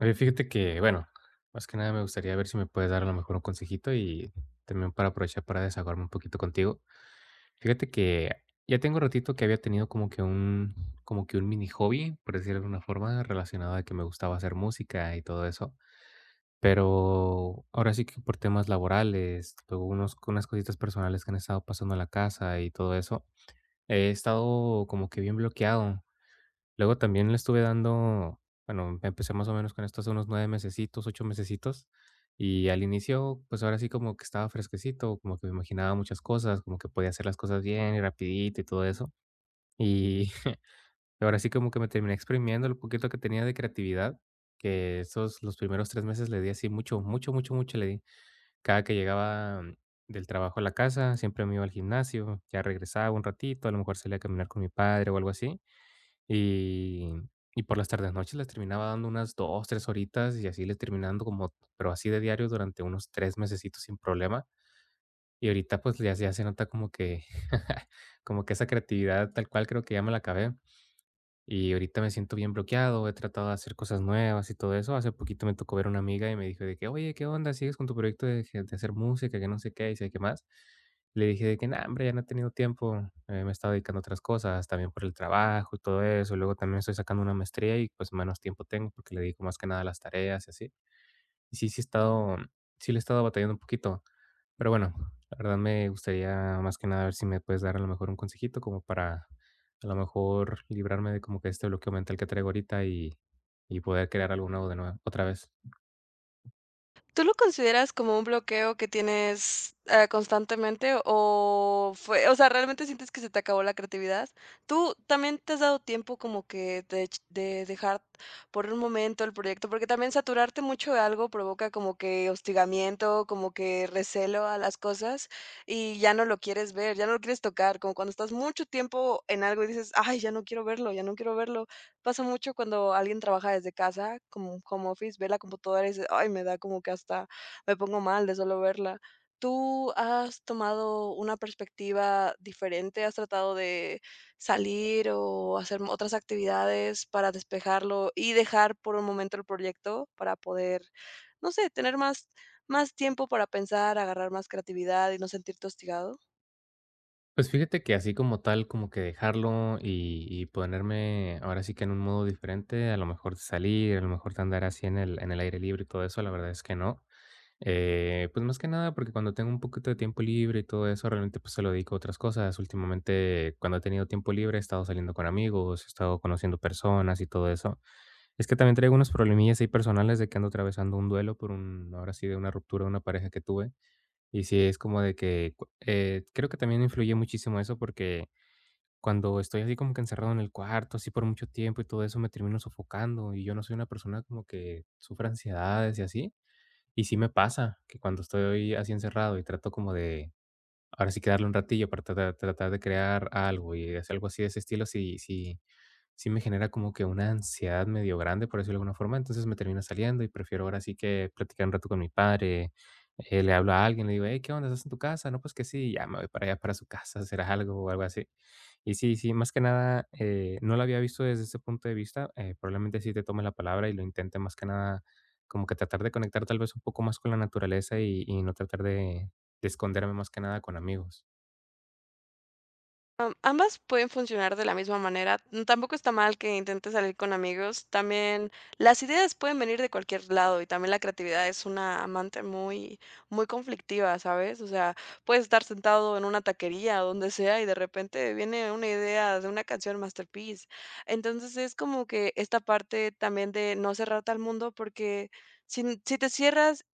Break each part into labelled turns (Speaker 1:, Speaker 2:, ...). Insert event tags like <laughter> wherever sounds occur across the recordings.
Speaker 1: Oye, fíjate que, bueno, más que nada me gustaría ver si me puedes dar a lo mejor un consejito y también para aprovechar para desahogarme un poquito contigo. Fíjate que ya tengo ratito que había tenido como que un mini hobby, por decirlo de alguna forma, relacionado a que me gustaba hacer música y todo eso. Pero ahora sí que por temas laborales, luego unas cositas personales que han estado pasando en la casa y todo eso, he estado como que bien bloqueado. Luego también le estuve dando, bueno, empecé más o menos con esto hace unos 9 mesecitos, 8 mesecitos, y al inicio, pues, ahora sí como que estaba fresquecito, como que me imaginaba muchas cosas, como que podía hacer las cosas bien y rapidito y todo eso. Y <laughs> ahora sí como que me terminé exprimiendo lo poquito que tenía de creatividad, que esos los primeros 3 meses le di así mucho, mucho, mucho, mucho le di. Cada que llegaba del trabajo a la casa, siempre me iba al gimnasio, ya regresaba un ratito, a lo mejor salía a caminar con mi padre o algo así, y, y por las tardes noches les terminaba dando unas 2 3 horitas y así les terminando como pero así de diario durante unos 3 mesecitos sin problema. Y ahorita, pues, ya se nota como que <laughs> como que esa creatividad tal cual creo que ya me la acabé. Y ahorita me siento bien bloqueado, he tratado de hacer cosas nuevas y todo eso. Hace poquito me tocó ver a una amiga y me dijo de que, oye, ¿qué onda? ¿Sigues con tu proyecto de, de hacer música, que no sé qué, y sé qué más? Le dije de que, no, hombre, ya no he tenido tiempo, me he estado dedicando a otras cosas, también por el trabajo y todo eso. Luego también estoy sacando una maestría y pues menos tiempo tengo porque le dedico más que nada a las tareas y así. Y sí he estado, sí le he estado batallando un poquito. Pero bueno, la verdad me gustaría más que nada ver si me puedes dar a lo mejor un consejito como para a lo mejor librarme de como que este bloqueo mental que traigo ahorita y poder crear algo nuevo de nuevo otra vez.
Speaker 2: ¿Tú lo consideras como un bloqueo que tienes, constantemente o fue o sea, realmente sientes que se te acabó la creatividad? ¿Tú también te has dado tiempo como que de dejar por un momento el proyecto? Porque también saturarte mucho de algo provoca como que hostigamiento, como que recelo a las cosas y ya no lo quieres ver, ya no lo quieres tocar, como cuando estás mucho tiempo en algo y dices: "Ay, ya no quiero verlo, ya no quiero verlo". Pasa mucho cuando alguien trabaja desde casa, como un home office, ve la computadora y dice: "Ay, me da como que hasta me pongo mal de solo verla". ¿Tú has tomado una perspectiva diferente? ¿Has tratado de salir o hacer otras actividades para despejarlo y dejar por un momento el proyecto para poder, no sé, tener más tiempo para pensar, agarrar más creatividad y no sentirte hostigado?
Speaker 1: Pues fíjate que así como tal, como que dejarlo y ponerme ahora sí que en un modo diferente, a lo mejor salir, a lo mejor andar así en el aire libre y todo eso, la verdad es que no. Pues más que nada porque cuando tengo un poquito de tiempo libre y todo eso, realmente pues se lo dedico a otras cosas. Últimamente, cuando he tenido tiempo libre, he estado saliendo con amigos, he estado conociendo personas y todo eso. Es que también traigo unos problemillas ahí personales de que ando atravesando un duelo por un, ahora sí, de una ruptura de una pareja que tuve. Y sí, es como de que creo que también influye muchísimo eso porque cuando estoy así como que encerrado en el cuarto, así por mucho tiempo y todo eso, me termino sofocando y yo no soy una persona como que sufra ansiedades y así. Y sí me pasa que cuando estoy así encerrado y trato como de, ahora sí que darle un ratillo para tratar de crear algo y hacer algo así de ese estilo, sí me genera como que una ansiedad medio grande, por decirlo de alguna forma. Entonces me termino saliendo y prefiero ahora sí que platicar un rato con mi padre, le hablo a alguien, le digo: "Hey, ¿qué onda? ¿Estás en tu casa?". No, pues que sí, ya me voy para allá, para su casa, a hacer algo o algo así. Y sí, sí, más que nada, no lo había visto desde ese punto de vista. Probablemente sí te tome la palabra y lo intente más que nada, como que tratar de conectar tal vez un poco más con la naturaleza y no tratar de esconderme más que nada con amigos.
Speaker 2: Ambas pueden funcionar de la misma manera. Tampoco está mal que intentes salir con amigos. También las ideas pueden venir de cualquier lado y también la creatividad es una amante muy, muy conflictiva, ¿sabes? O sea, puedes estar sentado en una taquería o donde sea y de repente viene una idea de una canción masterpiece. Entonces es como que esta parte también de no cerrarte al mundo porque si te cierras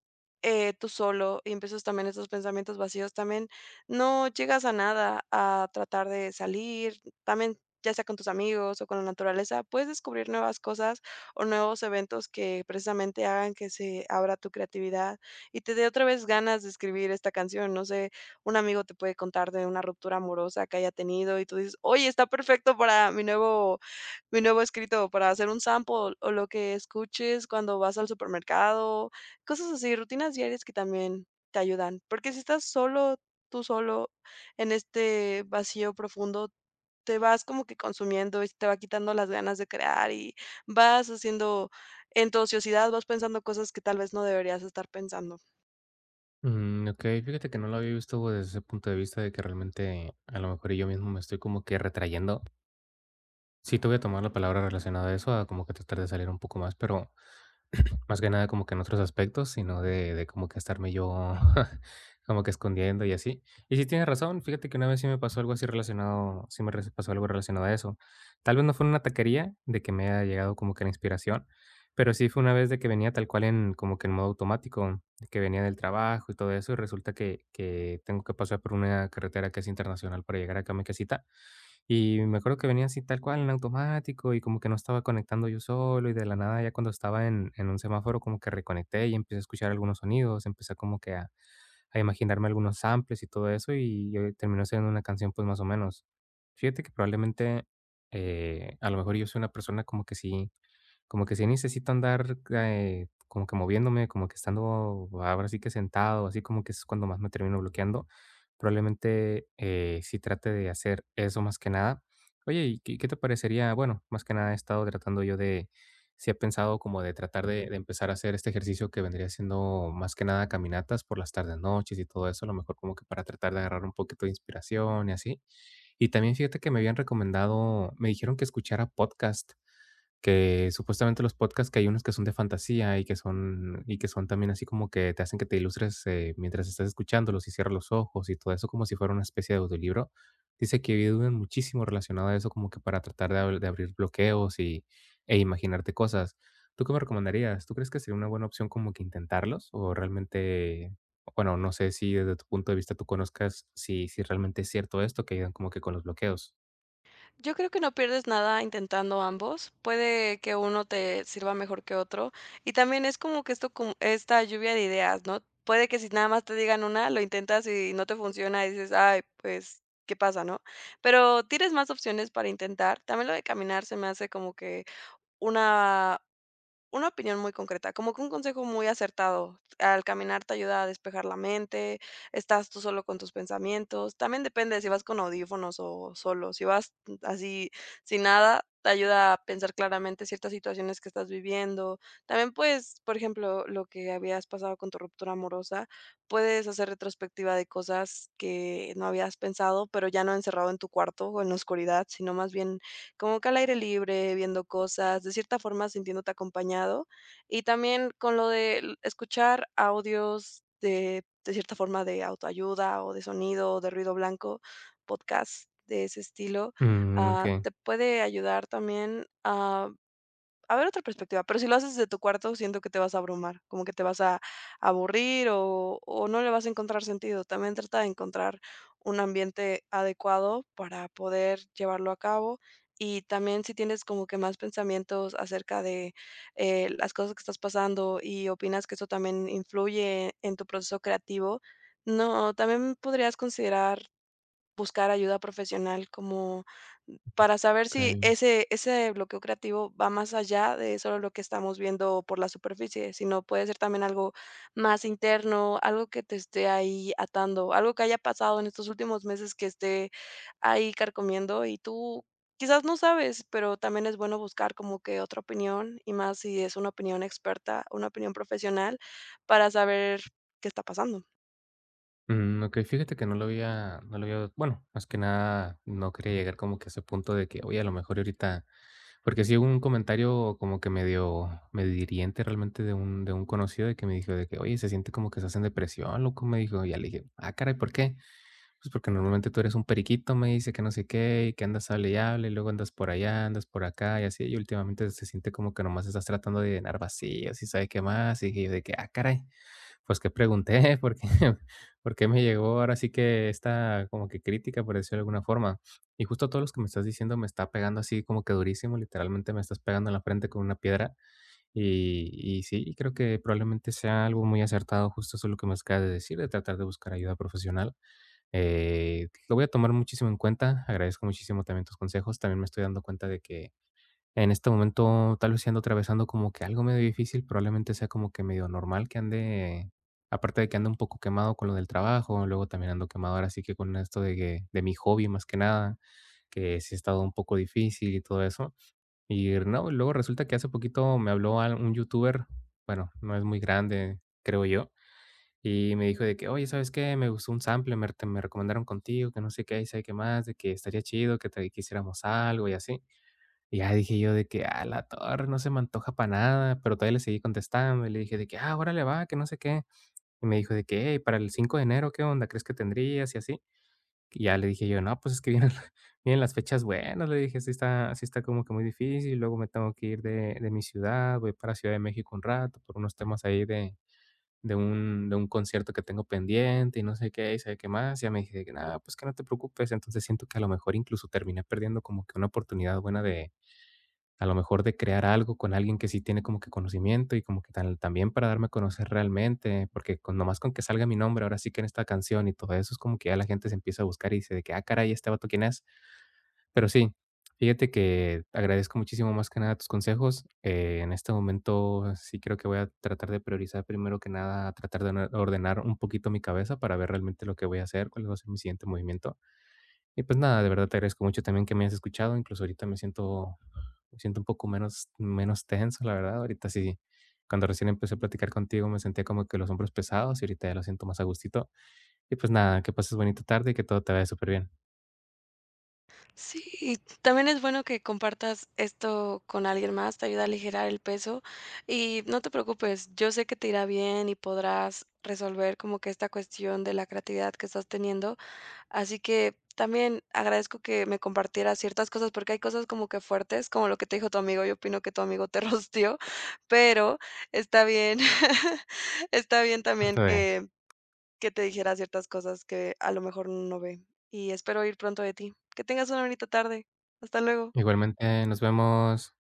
Speaker 2: tú solo y empiezas también estos pensamientos vacíos también no llegas a nada, a tratar de salir, también ya sea con tus amigos o con la naturaleza, puedes descubrir nuevas cosas o nuevos eventos que precisamente hagan que se abra tu creatividad y te dé otra vez ganas de escribir esta canción. No sé, un amigo te puede contar de una ruptura amorosa que haya tenido y tú dices, oye, está perfecto para mi nuevo escrito, para hacer un sample o lo que escuches cuando vas al supermercado, cosas así, rutinas diarias que también te ayudan. Porque si estás solo, tú solo en este vacío profundo, te vas como que consumiendo y te va quitando las ganas de crear y vas haciendo en tu ociosidad, vas pensando cosas que tal vez no deberías estar pensando.
Speaker 1: Mm, ok, fíjate que no lo había visto desde ese punto de vista de que realmente a lo mejor yo mismo me estoy como que retrayendo. Sí, te voy a tomar la palabra relacionada a eso, a como que tratar de salir un poco más, pero <clears throat> más que nada como que en otros aspectos, sino de como que estarme yo <laughs> como que escondiendo y así. Y sí tienes razón, fíjate que una vez sí me pasó algo así relacionado, sí me re pasó algo relacionado a eso. Tal vez no fue una taquería de que me haya llegado como que la inspiración, pero sí fue una vez de que venía tal cual en como que en modo automático, de que venía del trabajo y todo eso, y resulta que tengo que pasar por una carretera que es internacional para llegar acá a mi casita. Y me acuerdo que venía así tal cual en automático y como que no estaba conectando yo solo y de la nada ya cuando estaba en un semáforo como que reconecté y empecé a escuchar algunos sonidos, empecé como que a imaginarme algunos samples y todo eso y terminó siendo una canción pues más o menos. Fíjate que probablemente a lo mejor yo soy una persona como que sí necesito andar, como que moviéndome, como que estando ahora sí que sentado, así como que es cuando más me termino bloqueando. Probablemente sí trate de hacer eso más que nada. Oye, ¿y qué, qué te parecería? Bueno, más que nada he estado tratando yo de, sí he pensado como de tratar de empezar a hacer este ejercicio que vendría siendo más que nada caminatas por las tardes, noches y todo eso, a lo mejor como que para tratar de agarrar un poquito de inspiración y así. Y también fíjate que me habían recomendado, me dijeron que escuchara podcast. Que supuestamente los podcasts, que hay unos que son de fantasía y que son también así como que te hacen que te ilustres, mientras estás escuchándolos y cierras los ojos y todo eso, como si fuera una especie de audiolibro. Dice que ayudan muchísimo relacionado a eso, como que para tratar de ab de abrir bloqueos e imaginarte cosas. ¿Tú qué me recomendarías? ¿Tú crees que sería una buena opción como que intentarlos? O realmente, bueno, no sé si desde tu punto de vista tú conozcas si realmente es cierto esto, que ayudan como que con los bloqueos.
Speaker 2: Yo creo que no pierdes nada intentando ambos. Puede que uno te sirva mejor que otro. Y también es como que esto, como esta lluvia de ideas, ¿no? Puede que si nada más te digan una, lo intentas y no te funciona y dices, ay, pues, ¿qué pasa, no? Pero tienes más opciones para intentar. También lo de caminar se me hace como que Una una opinión muy concreta, como que un consejo muy acertado. Al caminar te ayuda a despejar la mente, estás tú solo con tus pensamientos. También depende de si vas con audífonos o solo. Si vas así sin nada, te ayuda a pensar claramente ciertas situaciones que estás viviendo. También puedes, por ejemplo, lo que habías pasado con tu ruptura amorosa, puedes hacer retrospectiva de cosas que no habías pensado, pero ya no encerrado en tu cuarto o en la oscuridad, sino más bien como que al aire libre, viendo cosas, de cierta forma sintiéndote acompañado. Y también con lo de escuchar audios de cierta forma de autoayuda o de sonido o de ruido blanco, podcast de ese estilo,
Speaker 1: Mm, okey,
Speaker 2: te puede ayudar también a ver otra perspectiva, pero si lo haces desde tu cuarto, siento que te vas a abrumar, como que te vas a aburrir o no le vas a encontrar sentido. También trata de encontrar un ambiente adecuado para poder llevarlo a cabo. Y también si tienes como que más pensamientos acerca de las cosas que estás pasando y opinas que eso también influye en tu proceso creativo, no, también podrías considerar buscar ayuda profesional como para saber si
Speaker 1: okey.
Speaker 2: ese bloqueo creativo va más allá de solo lo que estamos viendo por la superficie, sino puede ser también algo más interno, algo que te esté ahí atando, algo que haya pasado en estos últimos meses que esté ahí carcomiendo y tú quizás no sabes, pero también es bueno buscar como que otra opinión y más si es una opinión experta, una opinión profesional para saber qué está pasando.
Speaker 1: Mm, okey, fíjate que no lo había no lo había bueno, más que nada, no quería llegar como que a ese punto de que, oye, a lo mejor ahorita porque sí hubo un comentario como que medio hiriente realmente de un conocido de que me dijo de que: "Oye, se siente como que estás en depresión, loco", me dijo. Y ya le dije: "Ah, caray, ¿por qué?". "Pues porque normalmente tú eres un periquito", me dice, "que no sé qué, y que andas hable y hable, y luego andas por allá, andas por acá y así, y últimamente se siente como que nomás estás tratando de llenar vacíos y sabe qué más". Y dije yo de que: "Ah, caray", pues que pregunté, <laughs> porque me llegó ahora sí que esta como que crítica, por decirlo de alguna forma. Y justo todo lo que me estás diciendo me está pegando así como que durísimo, literalmente me estás pegando en la frente con una piedra. Y sí, creo que probablemente sea algo muy acertado, justo eso lo que me acabas de decir, de tratar de buscar ayuda profesional. Lo voy a tomar muchísimo en cuenta, agradezco muchísimo también tus consejos, también me estoy dando cuenta de que en este momento, tal vez sí ando atravesando como que algo medio difícil, probablemente sea como que medio normal que ande, aparte de que ando un poco quemado con lo del trabajo, luego también ando quemado ahora sí que con esto de mi hobby más que nada, que sí ha estado un poco difícil y todo eso. Y no, luego resulta que hace poquito me habló un youtuber, bueno, no es muy grande, creo yo, y me dijo de que, oye, ¿sabes qué? Me gustó un sample, me recomendaron contigo, que no sé qué, y sabe qué más, de que estaría chido, que hiciéramos algo y así. Y ya dije yo de que, a la torre, no se me antoja para nada, pero todavía le seguí contestando y le dije de que, ah, órale, va, que no sé qué. Y me dijo de que, hey, para el 5 de enero, ¿qué onda? ¿Crees que tendrías? Y así. Y ya le dije yo, no, pues es que vienen, <laughs> vienen las fechas buenas, le dije, sí está como que muy difícil, luego me tengo que ir de mi ciudad, voy para Ciudad de México un rato por unos temas ahí de, de un concierto que tengo pendiente y no sé qué, y sabe qué más. Y ya me dije de que, nada, pues que no te preocupes. Entonces siento que a lo mejor incluso terminé perdiendo como que una oportunidad buena de a lo mejor de crear algo con alguien que sí tiene como que conocimiento y como que tal también para darme a conocer realmente, porque con nomás con que salga mi nombre, ahora sí que en esta canción y todo eso, es como que ya la gente se empieza a buscar y dice de que, ah, caray, ¿este vato quién es? Pero sí, fíjate que agradezco muchísimo más que nada tus consejos. En este momento sí creo que voy a tratar de priorizar primero que nada, tratar de ordenar un poquito mi cabeza para ver realmente lo que voy a hacer, cuál va a ser mi siguiente movimiento. Y pues nada, de verdad te agradezco mucho también que me hayas escuchado. Incluso ahorita me siento un poco menos, menos tenso, la verdad. Ahorita sí, cuando recién empecé a platicar contigo me sentía como que los hombros pesados y ahorita ya lo siento más a gustito. Y pues nada, que pases bonita tarde y que todo te vaya súper bien.
Speaker 2: Sí, y también es bueno que compartas esto con alguien más, te ayuda a aligerar el peso y no te preocupes, yo sé que te irá bien y podrás resolver como que esta cuestión de la creatividad que estás teniendo, así que también agradezco que me compartieras ciertas cosas porque hay cosas como que fuertes, como lo que te dijo tu amigo, yo opino que tu amigo te <laughs> rosteó, pero está bien, <laughs> está bien también
Speaker 1: Parte de.
Speaker 2: que te dijera ciertas cosas que a lo mejor no ve. Y espero oír pronto de ti. Que tengas una bonita tarde. Hasta luego.
Speaker 1: Igualmente, nos vemos.